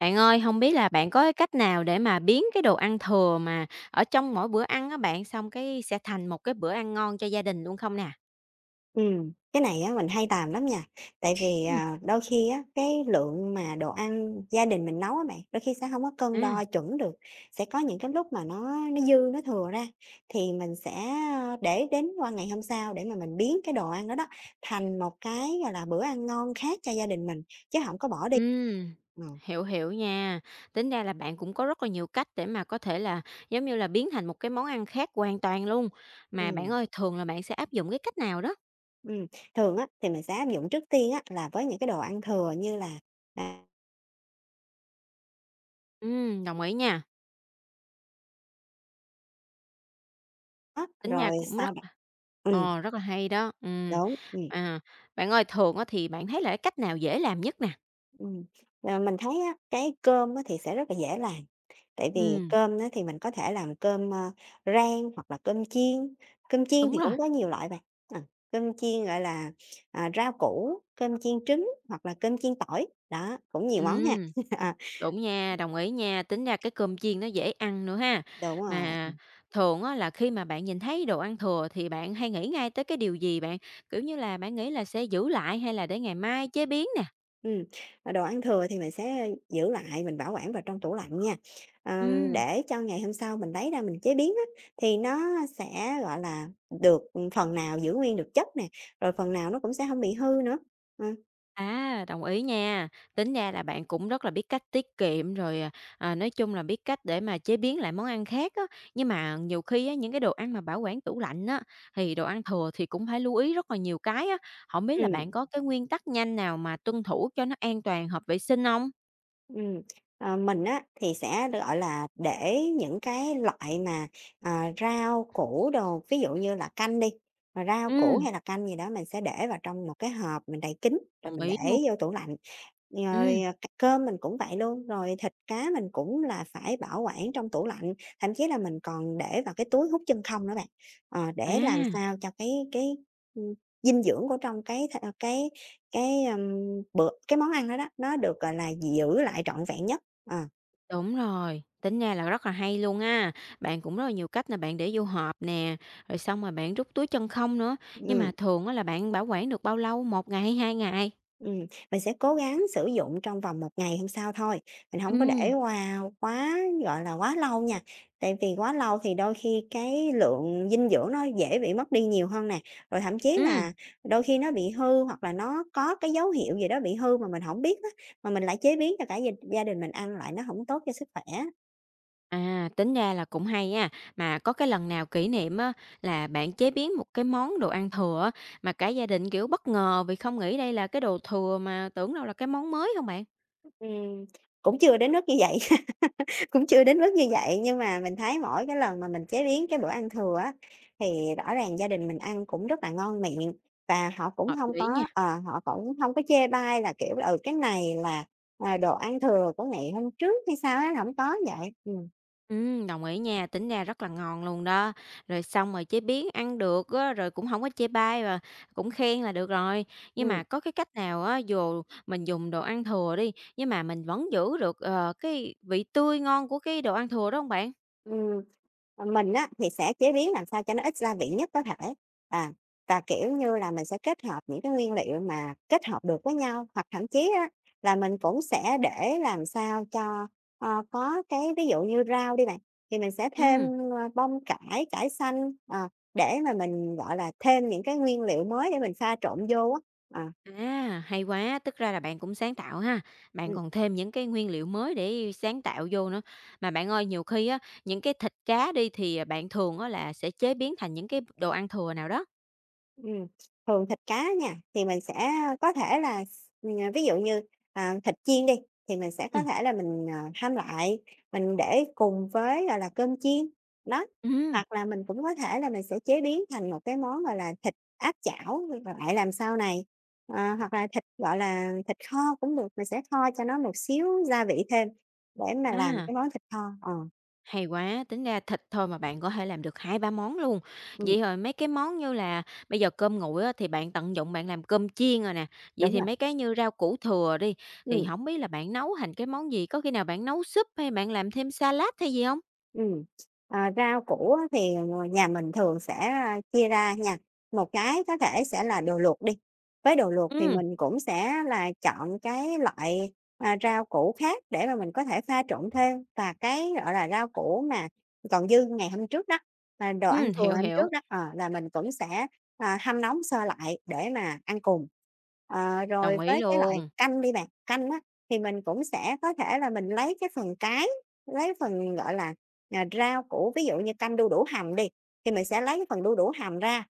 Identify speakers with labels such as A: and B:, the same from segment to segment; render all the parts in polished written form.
A: Bạn ơi, không biết là bạn có cái cách nào để mà biến cái đồ ăn thừa mà ở trong mỗi bữa ăn á bạn, xong cái sẽ thành một cái bữa ăn ngon cho gia đình luôn không nè?
B: Ừ cái này á mình hay làm lắm nha, tại vì,
A: Ừm,
B: đôi khi á, cái lượng mà đồ ăn gia đình mình nấu á bạn, đôi khi sẽ không có cân
A: à.
B: đo chuẩn được, sẽ có những cái lúc mà nó dư, nó thừa ra thì mình sẽ, để đến qua ngày hôm sau để mà mình biến cái đồ ăn đó đó thành một cái, gọi là, bữa ăn ngon khác cho gia đình mình, chứ không có bỏ đi.
A: Ừm,
B: ừ
A: hiểu, hiểu nha. Tính ra là bạn cũng có rất là nhiều cách để mà có thể là, giống như là, biến thành một cái món ăn khác hoàn toàn luôn. Mà bạn
B: ừ
A: ơi, thường là bạn sẽ áp dụng cái cách nào đó?
B: ừm, Thường á thì mình sẽ áp dụng trước tiên á là với những cái đồ ăn thừa như là, à,
A: Đồng ý nha, tính ra
B: rồi
A: cũng
B: sau
A: rất
B: đ
A: là
B: ừm,
A: rất là hay đó.
B: đúng,
A: À, bạn ơi, thường á thì bạn thấy là cái cách nào dễ làm nhất nè?
B: Ừm, mình thấy á, cái cơm á thì sẽ rất là dễ làm, tại vì
A: Ừm,
B: cơm á thì mình có thể làm cơm, rang hoặc là cơm chiên
A: đúng
B: thì
A: rồi,
B: cũng có nhiều loại bạn, ờ, cơm chiên, gọi là, rau củ, cơm chiên trứng hoặc là cơm chiên tỏi, đó, cũng nhiều món ha.
A: ừm.
B: Ờ,
A: Đúng nha, đồng ý nha, tính ra cái cơm chiên nó dễ ăn nữa ha.
B: đúng rồi.
A: Mà thường á là khi mà bạn nhìn thấy đồ ăn thừa thì bạn hay nghĩ ngay tới cái điều gì bạn? Kiểu như là, bạn nghĩ là sẽ giữ lại hay là để ngày mai chế biến nè?
B: Ừm, Đồ ăn thừa thì mình sẽ giữ lại, mình bảo quản vào trong tủ lạnh nha. Ờ,
A: Ừm.
B: để cho ngày hôm sau mình lấy ra mình chế biến á, thì nó sẽ, gọi là, được, phần nào giữ nguyên được chất nè, rồi phần nào nó cũng sẽ không bị hư nữa. Ờ,
A: À, đồng ý nha. Tính ra là bạn cũng rất là biết cách tiết kiệm rồi, à, nói chung là biết cách để mà chế biến lại món ăn khác á. Nhưng mà nhiều khi á, những cái đồ ăn mà bảo quản tủ lạnh á, thì đồ ăn thừa thì cũng phải lưu ý rất là nhiều cái á. Hổng biết là
B: ừm.
A: bạn có cái nguyên tắc nhanh nào mà tuân thủ cho nó an toàn, hợp vệ sinh không?
B: Ừm, mình á thì sẽ, gọi là, để những cái loại mà, rau củ đồ, ví dụ như là canh đi, mà rau củ
A: Ừm,
B: hay là canh gì đó mình sẽ để vào trong một cái hộp mình đậy kín, rồi
A: đồng
B: mình
A: ý
B: để
A: luôn.
B: vô tủ lạnh. Rồi,
A: Ừm,
B: cơm mình cũng vậy luôn, rồi thịt cá mình cũng là phải bảo quản trong tủ lạnh, thậm chí là mình còn để vào cái túi hút chân không nữa bạn, để làm
A: à.
B: sao cho cái, ưm, dinh dưỡng của trong cái th ờ, cái, bữa cái món ăn đó đó, nó được, gọi là, giữ lại trọn vẹn nhất, ờ,
A: Đúng rồi, tính ra là rất là hay luôn á. Bạn cũng rất là nhiều cách là bạn để vô hộp nè, rồi xong rồi bạn rút túi chân không nữa. Nhưng
B: ừm,
A: mà thường á là bạn bảo quản được bao lâu? Một ngày hay 2 ngày?
B: ừm, mình sẽ cố gắng sử dụng trong vòng một ngày hôm sau thôi, mình hổng có để
A: Ừm.
B: qua quá, gọi là, quá lâu nha, tại vì quá lâu thì đôi khi cái lượng dinh dưỡng nó dễ bị mất đi nhiều hơn nè, rồi thậm chí
A: Ừm,
B: là đôi khi nó bị hư hoặc là nó có cái dấu hiệu gì đó bị hư mà mình hổng biết á, mà mình lại chế biến cho cả gia gia đình mình ăn lại nó hổng tốt cho sức khỏe.
A: à, tính ra là cũng hay á. Mà có cái lần nào kỷ niệm á là bạn chế biến một cái món đồ ăn thừa á, mà cả gia đình, kiểu, bất ngờ vì không nghĩ đây là cái đồ thừa mà tưởng đâu là cái món mới không bạn?
B: Ừm, cũng chưa đến mức như vậy. Cũng chưa đến mức như vậy, nhưng mà mình thấy mỗi cái lần mà mình chế biến cái bữa ăn thừa á, thì rõ ràng gia đình mình ăn cũng rất là ngon miệng và họ cũng
A: Hợp
B: hông
A: lý
B: có
A: nha.
B: họ cũng hông có chê bai là, kiểu là, "Ừ, cái này là, đồ ăn thừa của ngày hôm trước" hay sao á, hổng có vậy.
A: Đồng ý nha, tính ra rất là ngon luôn đó. Rồi xong rồi chế biến ăn được á, rồi cũng không có chê bai và cũng khen là được rồi. Nhưng
B: Ừm.
A: mà có cái cách nào á, dù mình dùng đồ ăn thừa đi, nhưng mà mình vẫn giữ được, cái vị tươi ngon của cái đồ ăn thừa đó không bạn?
B: Ừm, mình á, thì sẽ chế biến làm sao cho nó ít gia vị nhất có thể, à, và, kiểu như là, mình sẽ kết hợp những cái nguyên liệu mà kết hợp được với nhau, hoặc thậm chí á, là mình cũng sẽ để làm sao cho, có cái ví dụ như rau đi bạn, thì mình sẽ thêm,
A: Ừ,
B: bông cải, cải xanh, để mà mình, gọi là, thêm những cái nguyên liệu mới để mình pha trộn vô á. Ờ,
A: à, hay quá, tức ra là bạn cũng sáng tạo ha, bạn
B: ừm.
A: còn thêm những cái nguyên liệu mới để sáng tạo vô nữa. Mà bạn ơi, nhiều khi á, những cái thịt cá đi thì, à, bạn thường á là sẽ chế biến thành những cái đồ ăn thừa nào đó?
B: Ừm, Thường thịt cá nha, thì mình sẽ có thể là ví dụ như, thịt chiên đi, thì mình sẽ có
A: Ừm,
B: thể là mình, hâm lại, mình để cùng với, gọi là, cơm chiên, đó.
A: ừm,
B: Hoặc là mình cũng có thể là mình sẽ chế biến thành một cái món, gọi là, thịt áp chảo và lại làm sau này. Hoặc là thịt, gọi là, thịt kho cũng được, mình sẽ kho cho nó một xíu gia vị thêm để mà làm
A: à.
B: cái món thịt kho. Ờ,
A: Hay quá, tính ra thịt thôi mà bạn có thể làm được hai ba món luôn.
B: ừm,
A: Vậy rồi mấy cái món như là bây giờ cơm nguội á, thì bạn tận dụng bạn làm cơm chiên rồi nè. Vậy
B: đúng
A: thì
B: rồi,
A: mấy cái như rau củ thừa đi, thì
B: ừm.
A: không biết là bạn nấu thành cái món gì? Có khi nào bạn nấu súp hay bạn làm thêm salad hay gì không?
B: Ừm, rau củ á thì nhà mình thường sẽ, chia ra nha, một cái có thể sẽ là đồ luộc đi, với đồ luộc thì
A: Ừm,
B: mình cũng sẽ là chọn cái loại, rau củ khác để mà mình có thể pha trộn thêm và cái, gọi là, rau củ mà còn dư ngày hôm trước đó, đồ ăn thừa
A: hiểu,
B: hôm trước
A: hiểu,
B: đó, là mình cũng sẽ, hâm nóng sơ lại để mà ăn cùng. Rồi
A: đồng ý
B: với cái loại
A: luôn.
B: canh đi bạn, canh á thì mình cũng sẽ có thể là mình lấy phần, gọi là. Rau củ, ví dụ như canh đu đủ hầm đi, thì mình sẽ lấy cái phần đu đủ hầm ra,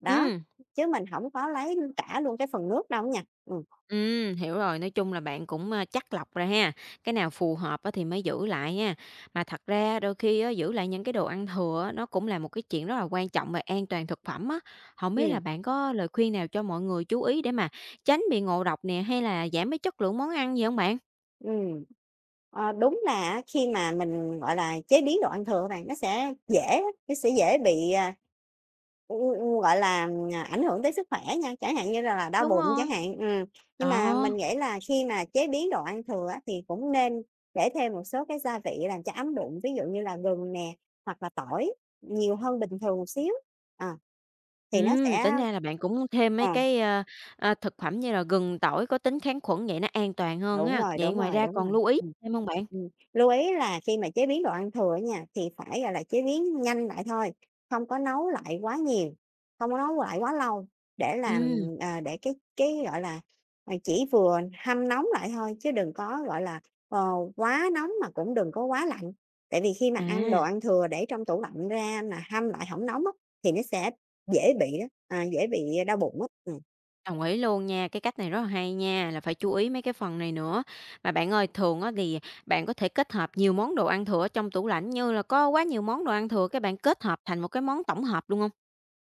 B: đó,
A: Ừm.
B: chứ mình không có lấy cả luôn cái phần nước đâu á nha.
A: Hiểu rồi, nói chung là bạn cũng, chắt lọc ra ha, cái nào phù hợp á thì mới giữ lại nha. Mà thật ra đôi khi á, giữ lại những cái đồ ăn thừa á, nó cũng là một cái chuyện rất là quan trọng về an toàn thực phẩm á. Không biết
B: Ừm,
A: là bạn có lời khuyên nào cho mọi người chú ý để mà tránh bị ngộ độc nè, hay là giảm cái chất lượng món ăn gì không bạn?
B: ừm. Đúng là khi mà mình, gọi là, chế biến đồ ăn thừa á bạn, nó sẽ dễ bị, gọi là, ảnh hưởng tới sức khỏe nha, chẳng hạn như là đau
A: Đúng
B: bụng
A: rồi.
B: chẳng hạn, Nhưng mà mình
A: Đó,
B: nghĩ là khi mà chế biến đồ ăn thừa á, thì cũng nên để thêm một số cái gia vị làm cho ấm bụng, ví dụ như là gừng nè, hoặc là tỏi nhiều hơn bình thường một xíu, ờ, thì nó sẽ
A: tính ra là bạn cũng thêm mấy
B: ờ.
A: cái, ơ, ơ, thực phẩm như là gừng, tỏi có tính kháng khuẩn vậy nó an toàn hơn
B: Đúng
A: ha.
B: rồi,
A: Vậy
B: đúng
A: ngoài
B: rồi,
A: ra
B: đúng rồi.
A: còn lưu ý
B: Ừm.
A: thêm không bạn?
B: Lưu ý là khi mà chế biến đồ ăn thừa nha, thì phải, gọi là, chế biến nhanh lại thôi, không có nấu lại quá nhiều, không có nấu lại quá lâu để làm
A: Ừm,
B: để gọi là, chỉ vừa hâm nóng lại thôi, chứ đừng có, gọi là, ờ, quá nóng mà cũng đừng có quá lạnh. Tại vì khi mà ăn đồ
A: à.
B: ăn thừa để trong tủ lạnh ra mà hâm lại không nóng á, thì nó sẽ dễ bị đó, dễ bị đau bụng á.
A: Đồng ý luôn nha, cái cách này rất là hay nha, là phải chú ý mấy cái phần này nữa. Mà bạn ơi, thường á thì bạn có thể kết hợp nhiều món đồ ăn thừa ở trong tủ lạnh như là có quá nhiều món đồ ăn thừa cái bạn kết hợp thành một cái món tổng hợp luôn không?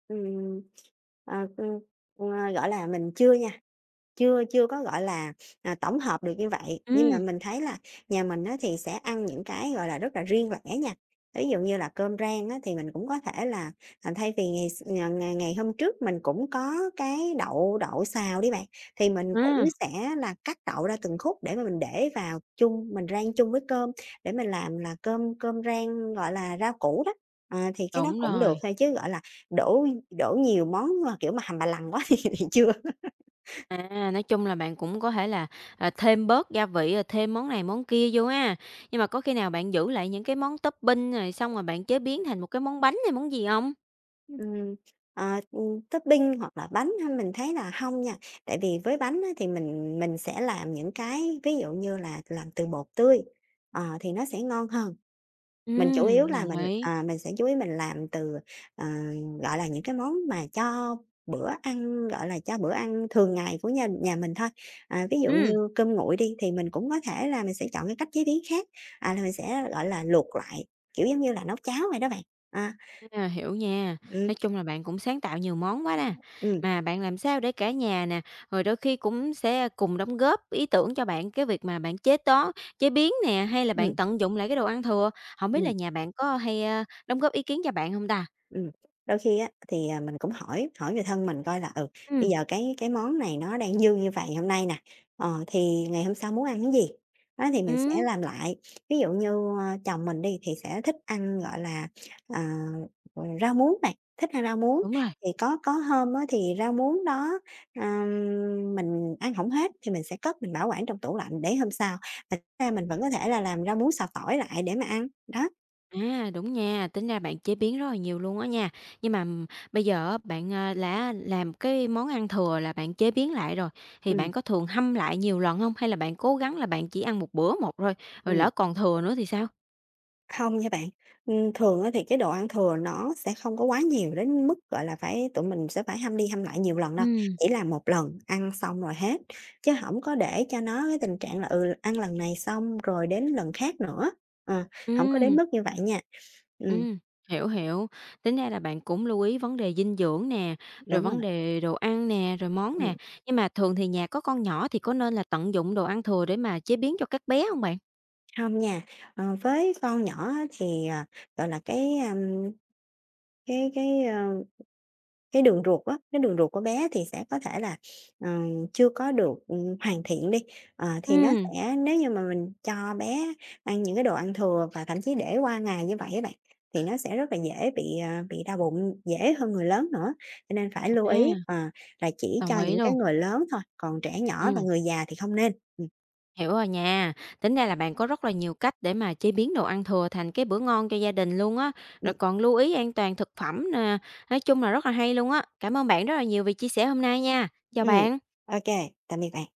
B: ừm, ờ, ừm, ờ, Gọi là, mình chưa nha. Chưa, chưa có, gọi là, tổng hợp được như vậy, nhưng mà
A: Ừ.
B: mình thấy là nhà mình á thì sẽ ăn những cái, gọi là, rất là riêng lẻ nha. Ví dụ như là cơm rang á thì mình cũng có thể là, thay vì ngày s ngày ngày ngày hôm trước mình cũng có cái đậu đậu xào đi bạn, thì mình cũng
A: À,
B: sẽ là cắt đậu ra từng khúc để mà mình để vào chung, mình rang chung với cơm để mình làm là cơm cơm rang, gọi là, rau củ đó. Thì cái đó
A: đúng
B: cũng được
A: rồi.
B: thôi chứ, gọi là, đổ đổ nhiều món mà, kiểu, mà hầm bà lằn quá thì chưa.
A: À, nói chung là bạn cũng có thể là, à, thêm bớt gia vị, rồi thêm món này món kia vô ha. Nhưng mà có khi nào bạn giữ lại những cái món topping rồi xong rồi bạn chế biến thành một cái món bánh hay món gì không?
B: Ừm, Topping hoặc là bánh ha, mình thấy là không nha, tại vì với bánh á thì mình sẽ làm những cái ví dụ như là làm từ bột tươi, thì nó sẽ ngon hơn.
A: Ừ,
B: Mình chủ yếu là
A: đồng
B: mình,
A: ý.
B: mình sẽ chú ý mình làm từ, ờ, gọi là, những cái món mà cho bữa ăn, gọi là, cho bữa ăn thường ngày của nhà nhà mình thôi. Ví dụ như
A: Ừ.
B: cơm nguội đi thì mình cũng có thể là mình sẽ chọn cái cách chế biến khác, là mình sẽ, gọi là, luộc lại, kiểu giống như là nấu cháo vậy đó bạn. À,
A: À, hiểu nha.
B: ừ
A: Nói chung là bạn cũng sáng tạo nhiều món quá nè.
B: ừ
A: Mà bạn làm sao để cả nhà nè, rồi đôi khi cũng sẽ cùng đóng góp ý tưởng cho bạn cái việc mà bạn chế biến nè, hay là bạn
B: ừm,
A: tận dụng lại cái đồ ăn thừa. Không biết là
B: ừm.
A: nhà bạn có hay, đóng góp ý kiến cho bạn không ta?
B: Ừm, Đôi khi á thì, mình cũng hỏi hỏi người thân mình coi là, bây
A: Ừm,
B: giờ cái món này nó đang dư như vậy hôm nay nè, thì ngày hôm sau muốn ăn cái gì? Đó, thì mình sẽ
A: ừm,
B: làm lại. Ví dụ như, chồng mình đi thì sẽ thích ăn, gọi là, à, rau muống này, thích ăn rau muống,
A: đúng rồi.
B: thì có hôm á thì rau muống đó, à, mình ăn không hết thì mình sẽ cất mình bảo quản trong tủ lạnh để hôm sau, thật ra mình vẫn có thể là làm rau muống xào tỏi lại để mà ăn, đó,
A: À, đúng nha, tính ra bạn chế biến rất là nhiều luôn á nha. Nhưng mà, bây giờ á, bạn, à, đã làm cái món ăn thừa là bạn chế biến lại rồi, thì
B: ừ
A: bạn có thường hâm lại nhiều lần không? Hay là bạn cố gắng là bạn chỉ ăn một bữa một thôi, rồi
B: ừ
A: lỡ còn thừa nữa thì sao?
B: không nha bạn, thường á thì cái đồ ăn thừa nó sẽ không có quá nhiều đến mức, gọi là, phải tụi mình sẽ phải hâm đi hâm lại nhiều lần đâu,
A: Ừm.
B: chỉ là một lần ăn xong rồi hết, chứ hổng có để cho nó cái tình trạng là, ừ, ăn lần này xong rồi đến lần khác nữa, ờ, hổng có đến
A: Ừm,
B: mức như vậy nha. Ừm,
A: ừm, hiểu, hiểu. Tính ra là bạn cũng lưu ý vấn đề dinh dưỡng nè, rồi
B: đúng rồi,
A: vấn đề đồ ăn nè, rồi món
B: ừm,
A: nè. Nhưng mà thường thì nhà có con nhỏ thì có nên là tận dụng đồ ăn thừa để mà chế biến cho các bé không bạn?
B: hông nha, với con nhỏ á thì, gọi là, cái cái, ơ cái đường ruột á, cái đường ruột của bé thì sẽ có thể là, ờ, chưa có được, hoàn thiện đi, thì nó
A: Ừm,
B: sẽ nếu như mà mình cho bé ăn những cái đồ ăn thừa và thậm chí để qua ngày như vậy á bạn, thì nó sẽ rất là dễ bị, bị đau bụng, dễ hơn người lớn nữa. Cho nên phải lưu
A: à,
B: ý, ờ, là chỉ cho
A: đồng ý
B: những cái
A: luôn.
B: người lớn thôi, còn trẻ nhỏ và
A: Ừm.
B: người già thì không nên. Ừ,
A: Hiểu rồi nha. Tính ra là bạn có rất là nhiều cách để mà chế biến đồ ăn thừa thành cái bữa ngon cho gia đình luôn á. Rồi
B: ừm,
A: còn lưu ý an toàn thực phẩm nè. Nói chung là rất là hay luôn á. Cảm ơn bạn rất là nhiều vì chia sẻ hôm nay nha. Chào
B: ừm.
A: bạn.
B: Ô tạm biệt bạn.